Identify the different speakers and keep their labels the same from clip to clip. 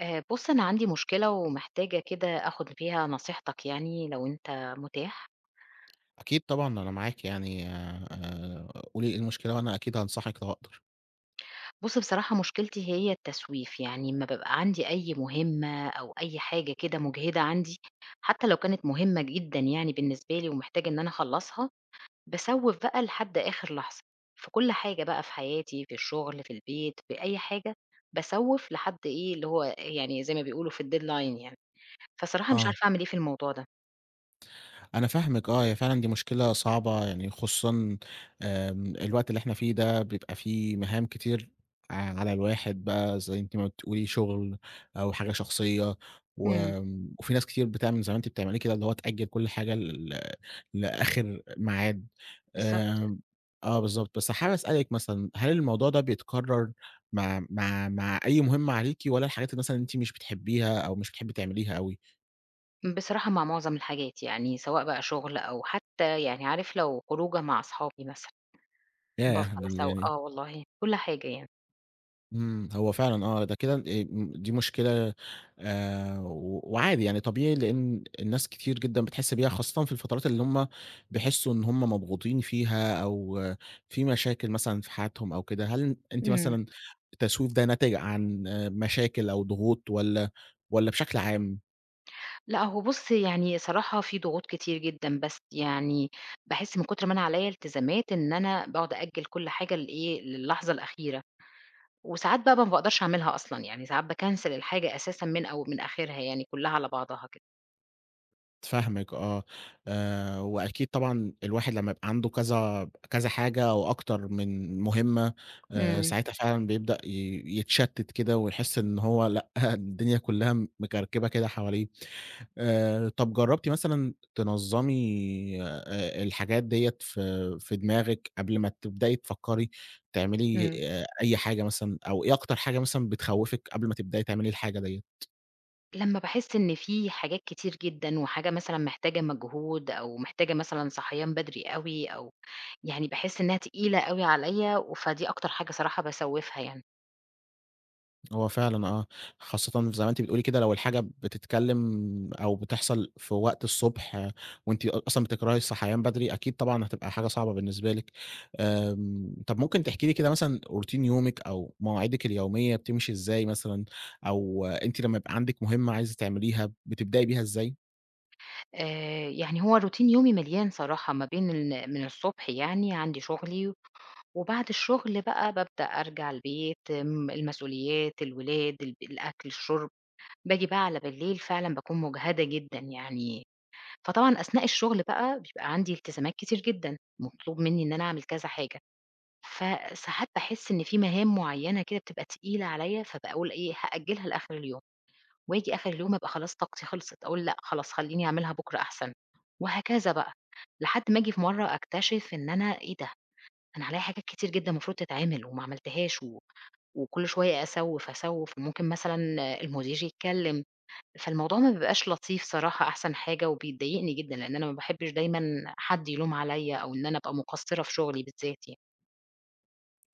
Speaker 1: بُص أنا عندي مشكلة ومحتاجة كده آخُد فيها نصيحتك يعني لو أنت متاح.
Speaker 2: أكيد طبعًا أنا معاكِ يعني قولي إيه المشكلة وأنا أكيد هانصحِك لو أقدر.
Speaker 1: بُص بصراحة مشكلتي هي التسويف، يعني أمّا بابقى عندي أي مهمة أو أي حاجة كده مُجهدة عندي، حتى لو كانت مهمة جدًا يعني بالنسبة لي ومحتاجة إن أنا أخلّصها، باسوِّف بقى لحد آخر لحظة، في كل حاجة بقى في حياتي، في الشغل، في البيت، في أي حاجة، باسوِّف لحد إيه، اللي هو يعني زي ما بيقولوا في الdeadline يعني، فصراحة مش
Speaker 2: آه.
Speaker 1: عارفة أعمل إيه في الموضوع ده.
Speaker 2: أنا فاهمِك هي فعلًا دي مشكلة صعبة، يعني خصوصًا الوقت اللي إحنا فيه ده بيبقى فيه مهام كتير على الواحد بقى زي أنتِ ما بتقولي شغل أو حاجة شخصية،
Speaker 1: إمم،
Speaker 2: وآمم وفي ناس كتير بتعمل زي ما أنتِ بتعمليه كده، اللي هو تأجّل كل حاجة لآخر ميعاد.
Speaker 1: بالضبط.
Speaker 2: آمم آه بالضبط، بس حابب أسألِك مثلًا، هل الموضوع ده بيتكرر مع أي مهمة عليكِ والّا الحاجات اللي مثلًا أنتِ مش بتحبيها أو مش بتحبي تعمليها أوي؟
Speaker 1: بصراحة مع معظم الحاجات، يعني سواء بقى شغل أو حتى يعني عارف لو خروجة مع أصحابي مثلًا، إمم.
Speaker 2: ياه!
Speaker 1: بافضل أسو
Speaker 2: يعني
Speaker 1: آه والله، كل حاجة يعني.
Speaker 2: هو فعلًا ده كده م دي مشكلة و وعادي يعني طبيعي، لإن الناس كتير جدًا بتحس بيها، خاصةً في الفترات اللي هُم بيحسوا إن هُم مضغوطين فيها أو في مشاكل مثلًا في حياتهم أو كده. هل أنتِ
Speaker 1: إمم.
Speaker 2: مثلًا التسويف ده ناتج عن مشاكل أو ضغوط والّا بشكل عام؟
Speaker 1: لأ هو بُص يعني صراحة في ضغوط كتير جدًا، بس يعني باحس من كتر ما أنا عليّا التزامات إن أنا باقعد أأجّل كل حاجة لإيه، للحظة الأخيرة، وساعات بقى ما بأقدرش أعملها أصلًا، يعني ساعات باكنسل الحاجة أساسًا من أو من آخرها يعني كلها على بعضها كده.
Speaker 2: فاهمِك آه، وأكيد طبعًا الواحد لمّا يبقى عنده كذا كذا حاجة أو أكتر من مهمة،
Speaker 1: إمم،
Speaker 2: ساعتها فعلًا بيبدأ يتشتت كده ويحس إن هو لأ، الدنيا كلها مكركبة كده حواليه. طب جربتِ مثلًا تنظمي الحاجات ديّة في دماغِك قبل ما تبدئي تفكري تعملي
Speaker 1: إمم.
Speaker 2: أي حاجة مثلًا، أو إيه أكتر حاجة مثلًا بتخوفِك قبل ما تبدئي تعملي الحاجة ديّة؟
Speaker 1: لمّا باحس إن في حاجات كتير جدًا، وحاجة مثلًا محتاجة مجهود، أو محتاجة مثلًا صحيان بدري أوي، أو يعني باحس إنها تقيلة أوي عليَّ، و فدي أكتر حاجة صراحة باسوّفها يعني.
Speaker 2: هو فعلًا خاصةً زي ما أنتِ بتقولي كده لو الحاجة بتتكلم أو بتحصل في وقت الصبح وأنتِ أصلًا بتكرهي الصحيان بدري، أكيد طبعًا هتبقى حاجة صعبة بالنسبة لِك. طب ممكن تحكي لي كده مثلًا روتين يومِك أو مواعيدِك اليومية بتمشي إزاي مثلًا، أو أنتِ لمّا يبقى عندِك مهمة عايزة تعمليها بتبدئي بيها إزاي؟
Speaker 1: يعني هو routine يومي مليان صراحة ما بين من الصبح يعني عندي شغلي، وبعد الشغل بقى بابدأ أرجع البيت، المسؤوليات، الولاد، الأكل، الشرب، باجي بقى على بالليل فعلًا باكون مُجهدة جدًا يعني فطبعًا أثناء الشغل بقى بيبقى عندي التزامات كتير جدًا، مطلوب منّي إن أنا أعمل كذا حاجة، فساعات باحس إن في مهام معيّنة كده بتبقى تقيلة عليَّ، فباقول إيه هأجّلها لآخر اليوم، وآجي آخر اليوم أبقى خلاص طاقتي خلصت، أقول لأ خلاص خلّيني أعملها بكرة أحسن، وهكذا بقى، لحد ما آجي في مرّة أكتشف إن أنا إيه ده! أنا عليَّ حاجات كتير جدًا المفروض تتعمل وما عملتهاش وكل شوية أسوّف، أسوّف، وممكن مثلًا المدير يتكلم، فالموضوع ما بيبقاش لطيف صراحة أحسن حاجة وبيضايقني جدًا، لإن أنا ما باحبش دايمًا حد يلوم عليّا أو إن أنا أبقى مقصّرة في شغلي بالذات يعني.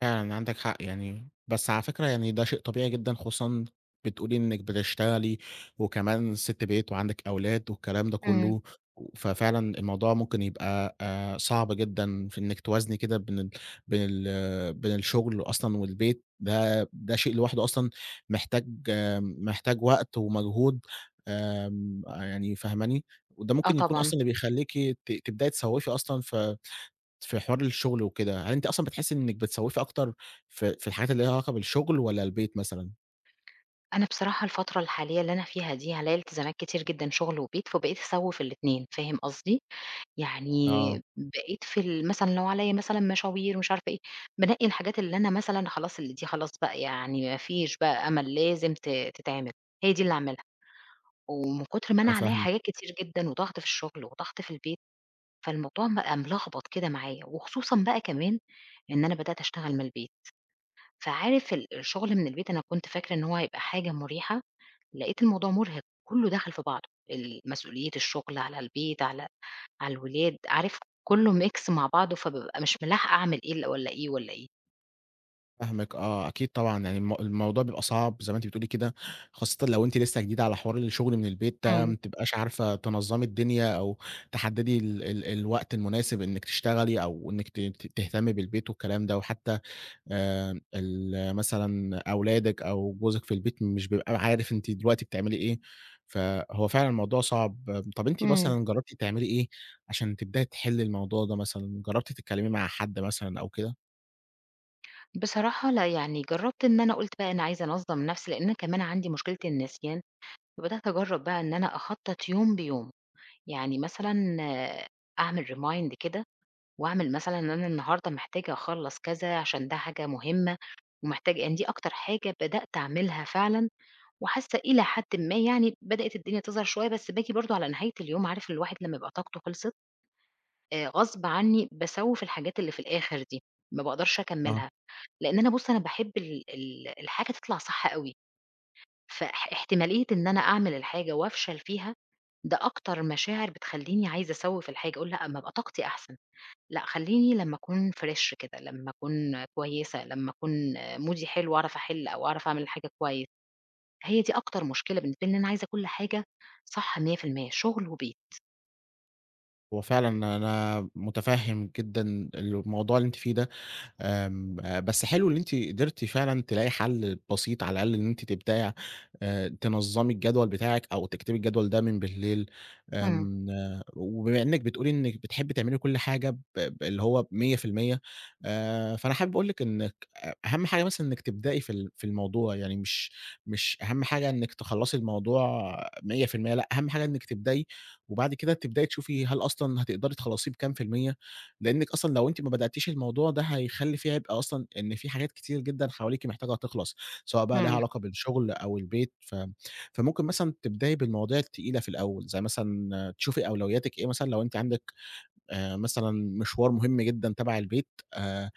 Speaker 2: فعلًا عندِك حق يعني، بس على فكرة يعني ده شيء طبيعي جدًا خصوصًا بتقولي إنِّك بتشتغلي وكمان سِت بيت وعندِك أولاد والكلام ده
Speaker 1: إمم.
Speaker 2: كُلّه، ففعلًا الموضوع ممكن يبقى صعب جدًا في إنِّك توازني كده بين الشغل أصلًا والبيت، ده ده شيء لوحده أصلًا محتاج وقت ومجهود. يعني فاهماني؟ وده
Speaker 1: آه
Speaker 2: ممكن يكون
Speaker 1: طبعًا.
Speaker 2: أصلًا اللي بيخلّيكِ تبدئي تسوّفي أصلًا في حوار الشغل وكده، هل أنتِ أصلًا بتحسّي إنِّك بتسوّفي أكتر في الحاجات اللي ليها علاقة بالشغل والّا البيت مثلًا؟
Speaker 1: أنا بصراحة الفترة الحالية اللي أنا فيها دي عليّا التزامات كتير جدًا شغل وبيت، فبقيت أسوّف الاتنين فاهم قصدي؟ يعني
Speaker 2: آه،
Speaker 1: بقيت في ال مثلًا لو عليّا مثلًا مشاوير مش عارفة إيه، بانقّي الحاجات اللي أنا مثلًا خلاص اللي دي خلاص بقى يعني ما فيش بقى أمل لازم تتعمل، هي دي اللي أعملها. ومن كتر ما أنا
Speaker 2: أنا
Speaker 1: عليّا
Speaker 2: فاهم
Speaker 1: حاجات كتير جدًا وضغط في الشغل وضغط في البيت فالموضوع بقى ملخبط كده معايا، وخصوصًا بقى كمان إن أنا بدأت أشتغل من البيت، فعارف الشغل من البيت أنا كنت فاكرة إن هو هيبقى حاجة مريحة، لقيت الموضوع مرهق، كله دخل في بعضه، مسؤولية الشغل على البيت على الولاد، عارف كله mix مع بعضه، فبابقى مش ملاحقة أعمل إيه ال والّا إيه، والّا إيه.
Speaker 2: فاهمِك آه، أكيد طبعًا يعني الموضوع بيبقى صعب زي ما أنتِ بتقولي كده، خاصةً لو أنتِ لسه جديدة على حوار الشغل من البيت ده،
Speaker 1: إمم،
Speaker 2: ما بتبقاش عارفة تنظّمي الدنيا أو تحدّدي ال ال الوقت المناسب إنِّك تشتغلي أو إنِّك ت ت تهتمي بالبيت والكلام ده، وحتى ال مثلًا أولادِك أو جوزِك في البيت مش بيبقى عارف أنتِ دلوقتي بتعملي إيه، فهو فعلًا الموضوع صعب. طَب أنتِ
Speaker 1: إمم.
Speaker 2: مثلًا جرّبتِ تعملي إيه عشان تبدئي تحلّي الموضوع ده مثلًا، جرّبتِ تتكلّمي مع حد مثلًا أو كده؟
Speaker 1: بصراحة لأ، يعني جرّبت إن أنا قُلت بقى أنا عايزة أنظّم نفسي، لإن أنا كمان عندي مشكلة النسيان، فبدأت أجرّب بقى إن أنا أخطّط يوم بيوم، يعني مثلًا آه، أعمل remind كده وأعمل مثلًا إن أنا النهارده محتاجة أخلّص كذا عشان ده حاجة مهمة، ومحتاج يعني دي أكتر حاجة بدأت أعملها فعلًا، وحاسة إلى حدٍ ما يعني بدأت الدنيا تظهر شوية، بس باجي برضه على نهاية اليوم عارف الواحد لمّا يبقى طاقته خلصت، غصب عني باسوّف الحاجات اللي في الآخر دي، ما باقدرش
Speaker 2: آه.
Speaker 1: أكمّلها، لإن أنا بُص أنا باحب ال ال الحاجة تطلع صح أوي، احتمالية إن أنا أعمل الحاجة وأفشل فيها، ده أكتر مشاعر بتخلّيني عايزة أسوّف الحاجة، أقول لأ أمّا أبقى طاقتي أحسن. لأ، خلّيني لمّا أكون فريش كده، لمّا أكون كويسة، لمّا أكون مودي حلو أعرف أحِل أو أعرف أعمل الحاجة كويس، هي دي أكتر مشكلة بالنسبة لي إن أنا عايزة كل حاجة صح 100% شغل وبيت.
Speaker 2: هو فعلًا أنا مُتفهِّم جدًا الموضوع اللي أنتِ فيه ده. آمم، بس حلو إن أنتِ قدرتِ فعلًا تلاقي حل بسيط على الأقل إن أنتِ تبدأي تنظّمي الجدول بتاعِك أو تكتبي الجدول ده من بالليل.
Speaker 1: إمم،
Speaker 2: آمم، وبما إنِّك بتقولي إنِّك بتحبي تعملي كل حاجة ب اللي هو ب100%، فأنا حابب أقول لِك إنِّك أهم حاجة مثلًا إنِّك تبدئي في الموضوع، يعني مش أهم حاجة إنِّك تخلّصي الموضوع 100%، لأ، أهم حاجة إنِّك تبدئي، وبعد كده تبدئي تشوفي هل أصلًا هتقدري تخلّصيه بكام في المِيّة. لأنِّك أصلًا لو أنتِ ما بدأتيش الموضوع ده هيخلّي في عبء أصلًا، إن في حاجات كتير جدًا حواليكِ محتاجة تخلص، سواء بقى ليها
Speaker 1: إمم،
Speaker 2: علاقة بالشغل أو البيت، فممكن مثلًا تبدئي بالمواضيع التقيلة في الأول، زي مثلًا تشوفي أولوياتِك إيه مثلًا لو أنتِ عندِك مثلًا مشوار مهم جدًا تبع البيت، آآ،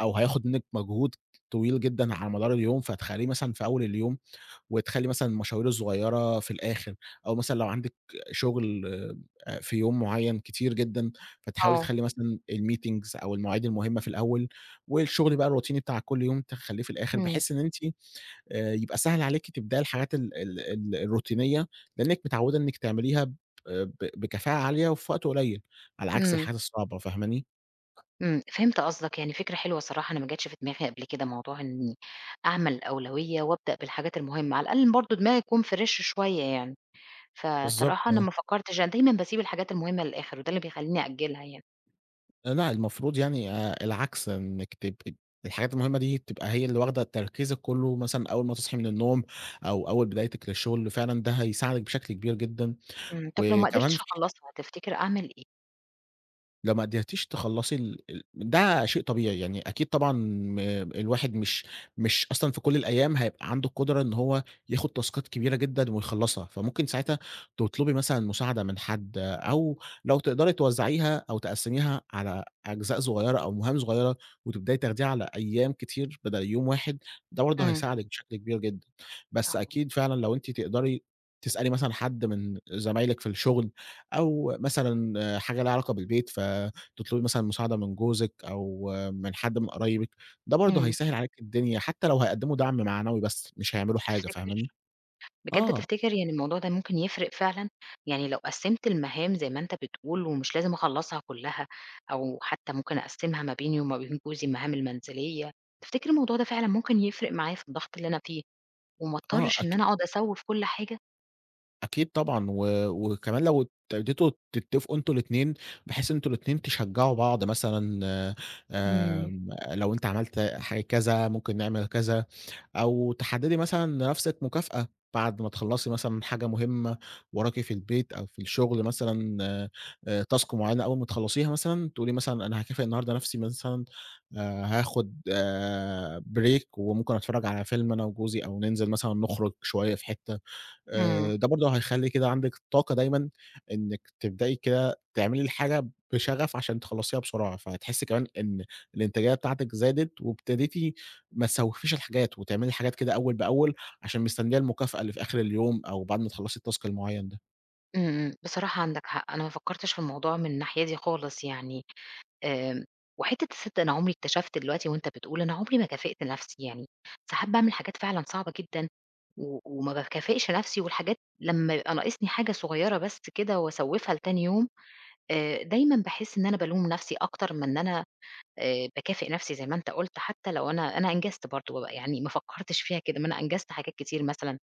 Speaker 2: أو هياخد منِّك مجهود طويل جدًا على مدار اليوم، فتخلّيه مثلًا في أول اليوم. وتخلّي مثلًا مشاوير الصغيّرة في الآخر، أو مثلًا لو عندِك شغل في يوم معيّن كتير جدًا، فتحاولي
Speaker 1: آه،
Speaker 2: تخلّي مثلًا الmeetings أو المواعيد المهمة في الأول، والشغل بقى الروتيني بتاع كل يوم تخلّيه في الآخر،
Speaker 1: إمم،
Speaker 2: بحيث إن أنتِ يبقى سهل عليكِ تبدئي الحاجات ال ال ال الروتينية، لإنِّك متعوّدة إنِّك تعمليها ب ب بكفاءة عالية وفي وقت قليّل، على عكس
Speaker 1: إمم،
Speaker 2: الحاجات الصعبة، فاهماني؟
Speaker 1: إمم، فهمت قصدك، يعني فكرة حلوة الصراحة أنا ما جاتش في دماغي قبل كده موضوع إني أعمل أولوية وأبدأ بالحاجات المهمة، على الأقل برضه دماغي تكون فريش شوية يعني،
Speaker 2: بالضبط.
Speaker 1: فصراحة أنا ما فكّرتش أنا دايمًا باسيب الحاجات المهمة للآخر وده اللي بيخلّيني أأجّلها يعني.
Speaker 2: لأ، المفروض يعني العكس، إنِّك تبقي الحاجات المهمة دي تبقى هي اللي واخدة تركيزِك كُلّه، مثلًا أول ما تصحي من النوم أو أول بدايتِك للشغل، فعلًا ده هيساعدِك بشكل كبير جدًا،
Speaker 1: إمم، طَب لو ما
Speaker 2: وكمان
Speaker 1: قدرتش
Speaker 2: في
Speaker 1: أخلّصها تفتكر أعمل إيه؟
Speaker 2: لو ما قدرتيش تخلّصي ال ال ده شيء طبيعي، يعني أكيد طبعًا الواحد مش أصلًا في كل الأيام هيبقى عنده القدرة إن هو ياخد تاسكات كبيرة جدًا ويخلّصها، فممكن ساعتها تطلبي مثلًا مساعدة من حد، أو لو تقدري توزّعيها أو تقسّميها على أجزاء صغيّرة أو مهام صغيّرة، وتبدئي تاخديها على أيام كتير بدل يوم واحد، ده برضه
Speaker 1: إمم،
Speaker 2: هيساعدِك بشكل كبير جدًا، بس
Speaker 1: آه،
Speaker 2: أكيد فعلًا لو أنتِ تقدري تسألي مثلًا حد من زمايلِك في الشغل أو مثلًا حاجة ليها علاقة بالبيت، فتطلبي مثلًا مساعدة من جوزِك أو من حد من قرايبِك، ده برضه
Speaker 1: إمم،
Speaker 2: هيسهّل عليكِ الدنيا، حتى لو هيقدّموا دعم معنوي بس، مش هيعملوا حاجة
Speaker 1: تفتكر
Speaker 2: فاهماني؟ آه،
Speaker 1: بجد
Speaker 2: آه.
Speaker 1: تفتكر يعني الموضوع ده ممكن يفرق فعلًا؟ يعني لو قسّمت المهام زي ما أنت بتقول ومش لازم أخلّصها كلّها، أو حتى ممكن أقسّمها ما بيني وما بين جوزي المهام المنزلية، تفتكر الموضوع ده فعلًا ممكن يفرق معايا في الضغط اللي أنا فيه، وما
Speaker 2: آه،
Speaker 1: اضطرش إن
Speaker 2: أكي
Speaker 1: أنا أقعد أسوّي في كل حاجة؟
Speaker 2: أكيد طبعًا، وكمان لو ابتديتوا تتفقوا أنتم الاتنين، بحيث أنتم الاتنين تشجّعوا بعض مثلًا.
Speaker 1: إمم،
Speaker 2: لو أنت عملت ح كذا ممكن نعمل كذا. أو تحددي مثلًا لنفسِك مكافأة بعد ما تخلّصي مثلًا حاجة مهمة وراكِ في البيت أو في الشغل مثلًا، task معينة أول ما تخلّصيها مثلًا تقولي مثلًا أنا هاكافئ النهارده نفسي مثلًا، هاخد break وممكن أتفرّج على فيلم أنا وجوزي أو ننزل مثلًا نخرج شوية في حتة.
Speaker 1: إمم،
Speaker 2: ده برضه هيخلّي كده عندِك طاقة دايمًا إنِّك تبدئي كده تعملي الحاجة بشغف عشان تخلّصيها بسرعة، فهتحسّي كمان إن الإنتاجية بتاعتِك زادت وابتديتِ ما تسوّفيش الحاجات وتعملي الحاجات كده أول بأول عشان مستنية المكافأة اللي في آخر اليوم أو بعد ما تخلّصي الtask المعيّن ده.
Speaker 1: إمم، إمم، بصراحة عندك حق، أنا ما فكّرتش في الموضوع من الناحية دي خالص يعني. آمم، وحتّة الصدق أنا عمري اكتشفت دلوقتي وأنت بتقول أنا عمري ما كافئت نفسي، يعني ساعات باعمل حاجات فعلًا صعبة جدًا وما باكافئش نفسي والحاجات لمّا يبقى ناقصني حاجة صغيّرة بس كده وأسوّفها لتاني يوم، دايمًا باحس إن أنا بالوم نفسي أكتر من إن أنا باكافئ نفسي زي ما أنت قُلت، حتّى لو أنا أنجزت برضه بقى، يعني ما فكّرتش فيها كده، ما أنا أنجزت حاجات كتير مثلًا،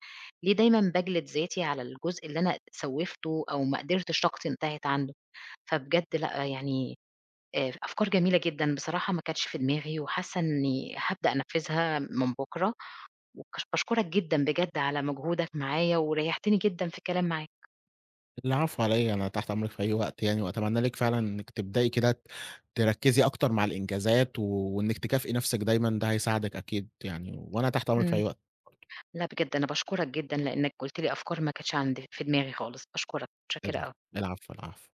Speaker 1: ليه دايمًا باجلد ذاتي على الجزء اللي أنا سوّفته أو ما قدرتش طاقتي انتهت عنده؟ فبجد لأ، يعني أفكار جميلة جدًا، بصراحة ما كانتش في دماغي وحاسة إني هابدأ أنفذها من بُكرة، وكش باشكرك جدًا بجد على مجهودك معايا، وريحتني جدًا في الكلام معاك.
Speaker 2: العفو على إيه، أنا تحت أمرِك في أي وقت يعني وأتمنى لِك فعلًا إنِّك تبدئي كده تركّزي أكتر مع الإنجازات و... وإنِّك تكافئي نَفْسِك دايمًا، ده هيساعدِك أكيد يعني وأنا تحت أمرِك في
Speaker 1: إمم،
Speaker 2: أي وقت.
Speaker 1: لأ بجد أنا باشكرك جدًا لإنك قُلت لي أفكار ما كانتش عندي في دماغي خالص، باشكرك، متشكرة
Speaker 2: الع
Speaker 1: أوي.
Speaker 2: العفو، العفو.